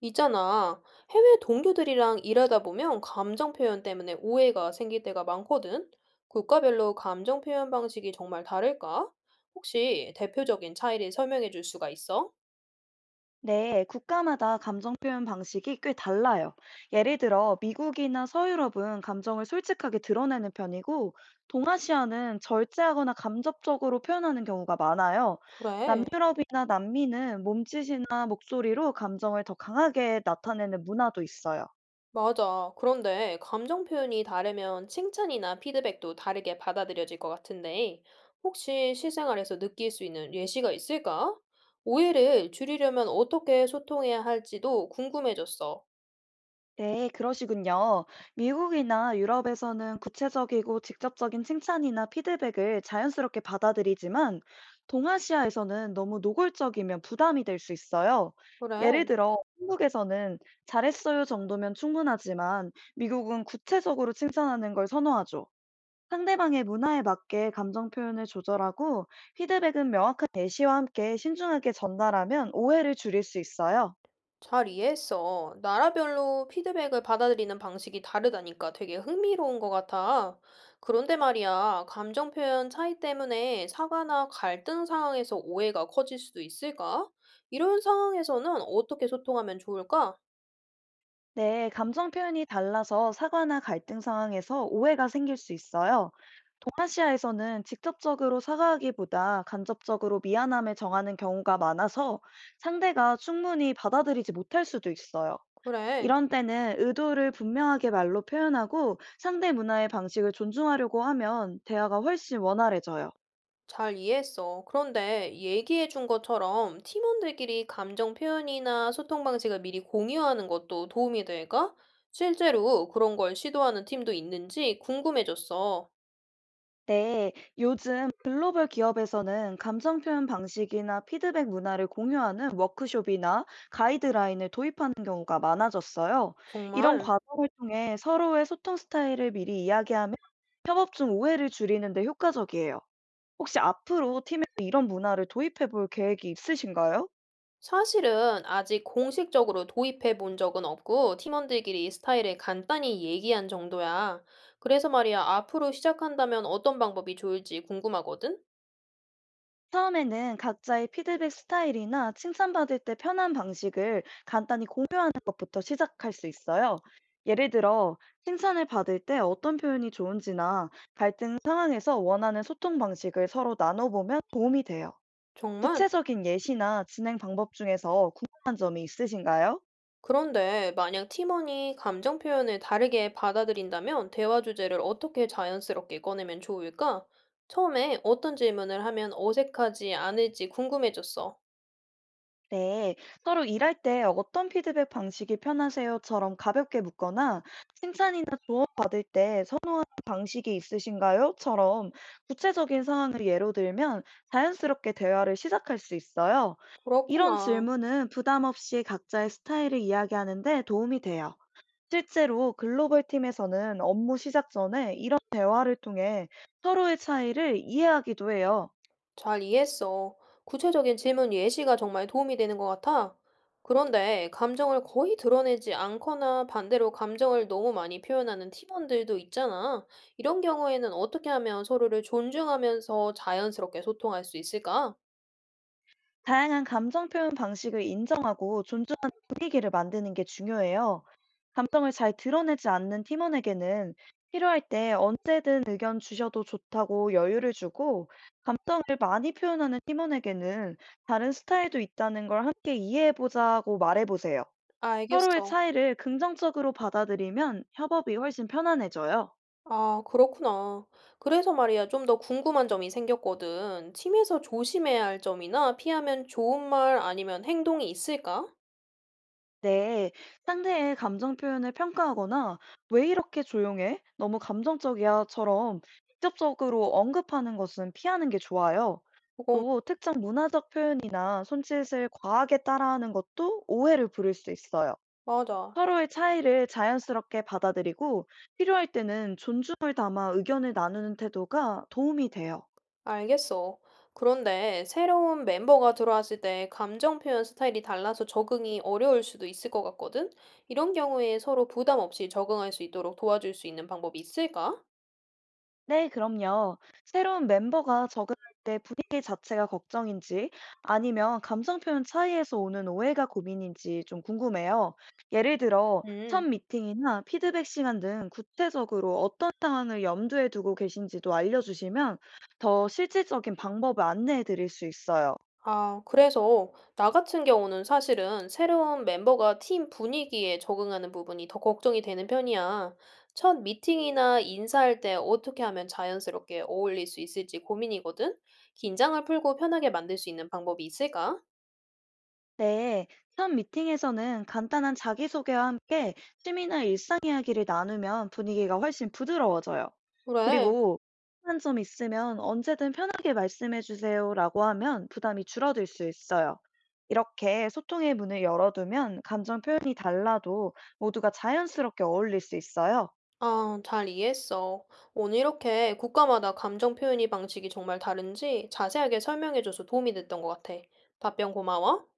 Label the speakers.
Speaker 1: 있잖아. 해외 동료들이랑 일하다 보면 감정 표현 때문에 오해가 생길 때가 많거든. 국가별로 감정 표현 방식이 정말 다를까? 혹시 대표적인 차이를 설명해 줄 수가 있어?
Speaker 2: 네, 국가마다 감정 표현 방식이 꽤 달라요. 예를 들어, 미국이나 서유럽은 감정을 솔직하게 드러내는 편이고, 동아시아는 절제하거나 감접적으로 표현하는 경우가 많아요.
Speaker 1: 그래,
Speaker 2: 남유럽이나 남미는 몸짓이나 목소리로 감정을 더 강하게 나타내는 문화도 있어요.
Speaker 1: 맞아. 그런데 감정 표현이 다르면 칭찬이나 피드백도 다르게 받아들여질 것 같은데, 혹시 실생활에서 느낄 수 있는 예시가 있을까? 오해를 줄이려면 어떻게 소통해야 할지도 궁금해졌어.
Speaker 2: 네, 그러시군요. 미국이나 유럽에서는 구체적이고 직접적인 칭찬이나 피드백을 자연스럽게 받아들이지만, 동아시아에서는 너무 노골적이면 부담이 될 수 있어요. 예를
Speaker 1: 그래.
Speaker 2: 들어, 한국에서는 잘했어요 정도면 충분하지만, 미국은 구체적으로 칭찬하는 걸 선호하죠. 상대방의 문화에 맞게 감정 표현을 조절하고, 피드백은 명확한 예시와 함께 신중하게 전달하면 오해를 줄일 수 있어요.
Speaker 1: 잘 이해했어. 나라별로 피드백을 받아들이는 방식이 다르다니까 되게 흥미로운 것 같아. 그런데 말이야, 감정 표현 차이 때문에 사과나 갈등 상황에서 오해가 커질 수도 있을까? 이런 상황에서는 어떻게 소통하면 좋을까?
Speaker 2: 네, 감정 표현이 달라서 사과나 갈등 상황에서 오해가 생길 수 있어요. 동아시아에서는 직접적으로 사과하기보다 간접적으로 미안함을 정하는 경우가 많아서 상대가 충분히 받아들이지 못할 수도 있어요.
Speaker 1: 그래,
Speaker 2: 이런 때는 의도를 분명하게 말로 표현하고 상대 문화의 방식을 존중하려고 하면 대화가 훨씬 원활해져요.
Speaker 1: 잘 이해했어. 그런데 얘기해 준 것처럼 팀원들끼리 감정 표현이나 소통 방식을 미리 공유하는 것도 도움이 될까? 실제로 그런 걸 시도하는 팀도 있는지 궁금해졌어.
Speaker 2: 네, 요즘 글로벌 기업에서는 감정 표현 방식이나 피드백 문화를 공유하는 워크숍이나 가이드라인을 도입하는 경우가 많아졌어요. 이런
Speaker 1: 정말.
Speaker 2: 과정을 통해 서로의 소통 스타일을 미리 이야기하면 협업 중 오해를 줄이는 데 효과적이에요. 혹시 앞으로 팀에 서 이런 문화를 도입해 볼 계획이 있으신가요?
Speaker 1: 사실은 아직 공식적으로 도입해 본 적은 없고 팀원들끼리 이 스타일을 간단히 얘기한 정도야. 그래서 말이야, 앞으로 시작한다면 어떤 방법이 좋을지 궁금하거든?
Speaker 2: 처음에는 각자의 피드백 스타일이나 칭찬받을 때 편한 방식을 간단히 공유하는 것부터 시작할 수 있어요. 예를 들어, 칭찬을 받을 때 어떤 표현이 좋은지나 갈등 상황에서 원하는 소통 방식을 서로 나눠보면 도움이 돼요.
Speaker 1: 정말?
Speaker 2: 구체적인 예시나 진행 방법 중에서 궁금한 점이 있으신가요?
Speaker 1: 그런데 만약 팀원이 감정 표현을 다르게 받아들인다면 대화 주제를 어떻게 자연스럽게 꺼내면 좋을까? 처음에 어떤 질문을 하면 어색하지 않을지 궁금해졌어.
Speaker 2: 네, 서로 일할 때 어떤 피드백 방식이 편하세요?처럼 가볍게 묻거나 칭찬이나 조언 받을 때 선호하는 방식이 있으신가요?처럼 구체적인 상황을 예로 들면 자연스럽게 대화를 시작할 수 있어요. 이런
Speaker 1: 그렇구나.
Speaker 2: 질문은 부담 없이 각자의 스타일을 이야기하는데 도움이 돼요. 실제로 글로벌 팀에서는 업무 시작 전에 이런 대화를 통해 서로의 차이를 이해하기도 해요.
Speaker 1: 잘 이해했어. 구체적인 질문 예시가 정말 도움이 되는 것 같아. 그런데 감정을 거의 드러내지 않거나 반대로 감정을 너무 많이 표현하는 팀원들도 있잖아. 이런 경우에는 어떻게 하면 서로를 존중하면서 자연스럽게 소통할 수 있을까?
Speaker 2: 다양한 감정 표현 방식을 인정하고 존중하는 분위기를 만드는 게 중요해요. 감정을 잘 드러내지 않는 팀원에게는 필요할 때 언제든 의견 주셔도 좋다고 여유를 주고, 감정을 많이 표현하는 팀원에게는 다른 스타일도 있다는 걸 함께 이해해보자고 말해보세요. 서로의
Speaker 1: 알겠어.
Speaker 2: 차이를 긍정적으로 받아들이면 협업이 훨씬 편안해져요.
Speaker 1: 아, 그렇구나. 그래서 말이야, 좀 더 궁금한 점이 생겼거든. 팀에서 조심해야 할 점이나 피하면 좋은 말 아니면 행동이 있을까?
Speaker 2: 네, 상대의 감정 표현을 평가하거나 왜 이렇게 조용해? 너무 감정적이야?처럼 직접적으로 언급하는 것은 피하는 게 좋아요.
Speaker 1: 그건
Speaker 2: 또 특정 문화적 표현이나 손짓을 과하게 따라하는 것도 오해를 부를 수 있어요.
Speaker 1: 맞아.
Speaker 2: 서로의 차이를 자연스럽게 받아들이고 필요할 때는 존중을 담아 의견을 나누는 태도가 도움이 돼요.
Speaker 1: 알겠어. 그런데 새로운 멤버가 들어왔을 때 감정 표현 스타일이 달라서 적응이 어려울 수도 있을 것 같거든? 이런 경우에 서로 부담 없이 적응할 수 있도록 도와줄 수 있는 방법이 있을까?
Speaker 2: 네, 그럼요. 새로운 멤버가 적응할 때 분위기 자체가 걱정인지 아니면 감정 표현 차이에서 오는 오해가 고민인지 좀 궁금해요. 예를 들어, 첫
Speaker 1: 음,
Speaker 2: 미팅이나 피드백 시간 등 구체적으로 어떤 상황을 염두에 두고 계신지도 알려주시면 더 실질적인 방법을 안내해 드릴 수 있어요.
Speaker 1: 아, 그래서 나 같은 경우는 사실은 새로운 멤버가 팀 분위기에 적응하는 부분이 더 걱정이 되는 편이야. 첫 미팅이나 인사할 때 어떻게 하면 자연스럽게 어울릴 수 있을지 고민이거든? 긴장을 풀고 편하게 만들 수 있는 방법이 있을까?
Speaker 2: 네, 현 미팅에서는 간단한 자기소개와 함께 취미나 일상 이야기를 나누면 분위기가 훨씬 부드러워져요.
Speaker 1: 그래.
Speaker 2: 그리고 한 점 있으면 언제든 편하게 말씀해 주세요라고 하면 부담이 줄어들 수 있어요. 이렇게 소통의 문을 열어두면 감정 표현이 달라도 모두가 자연스럽게 어울릴 수 있어요.
Speaker 1: 아, 잘 이해했어. 오늘 이렇게 국가마다 감정 표현이 방식이 정말 다른지 자세하게 설명해줘서 도움이 됐던 것 같아. 답변 고마워.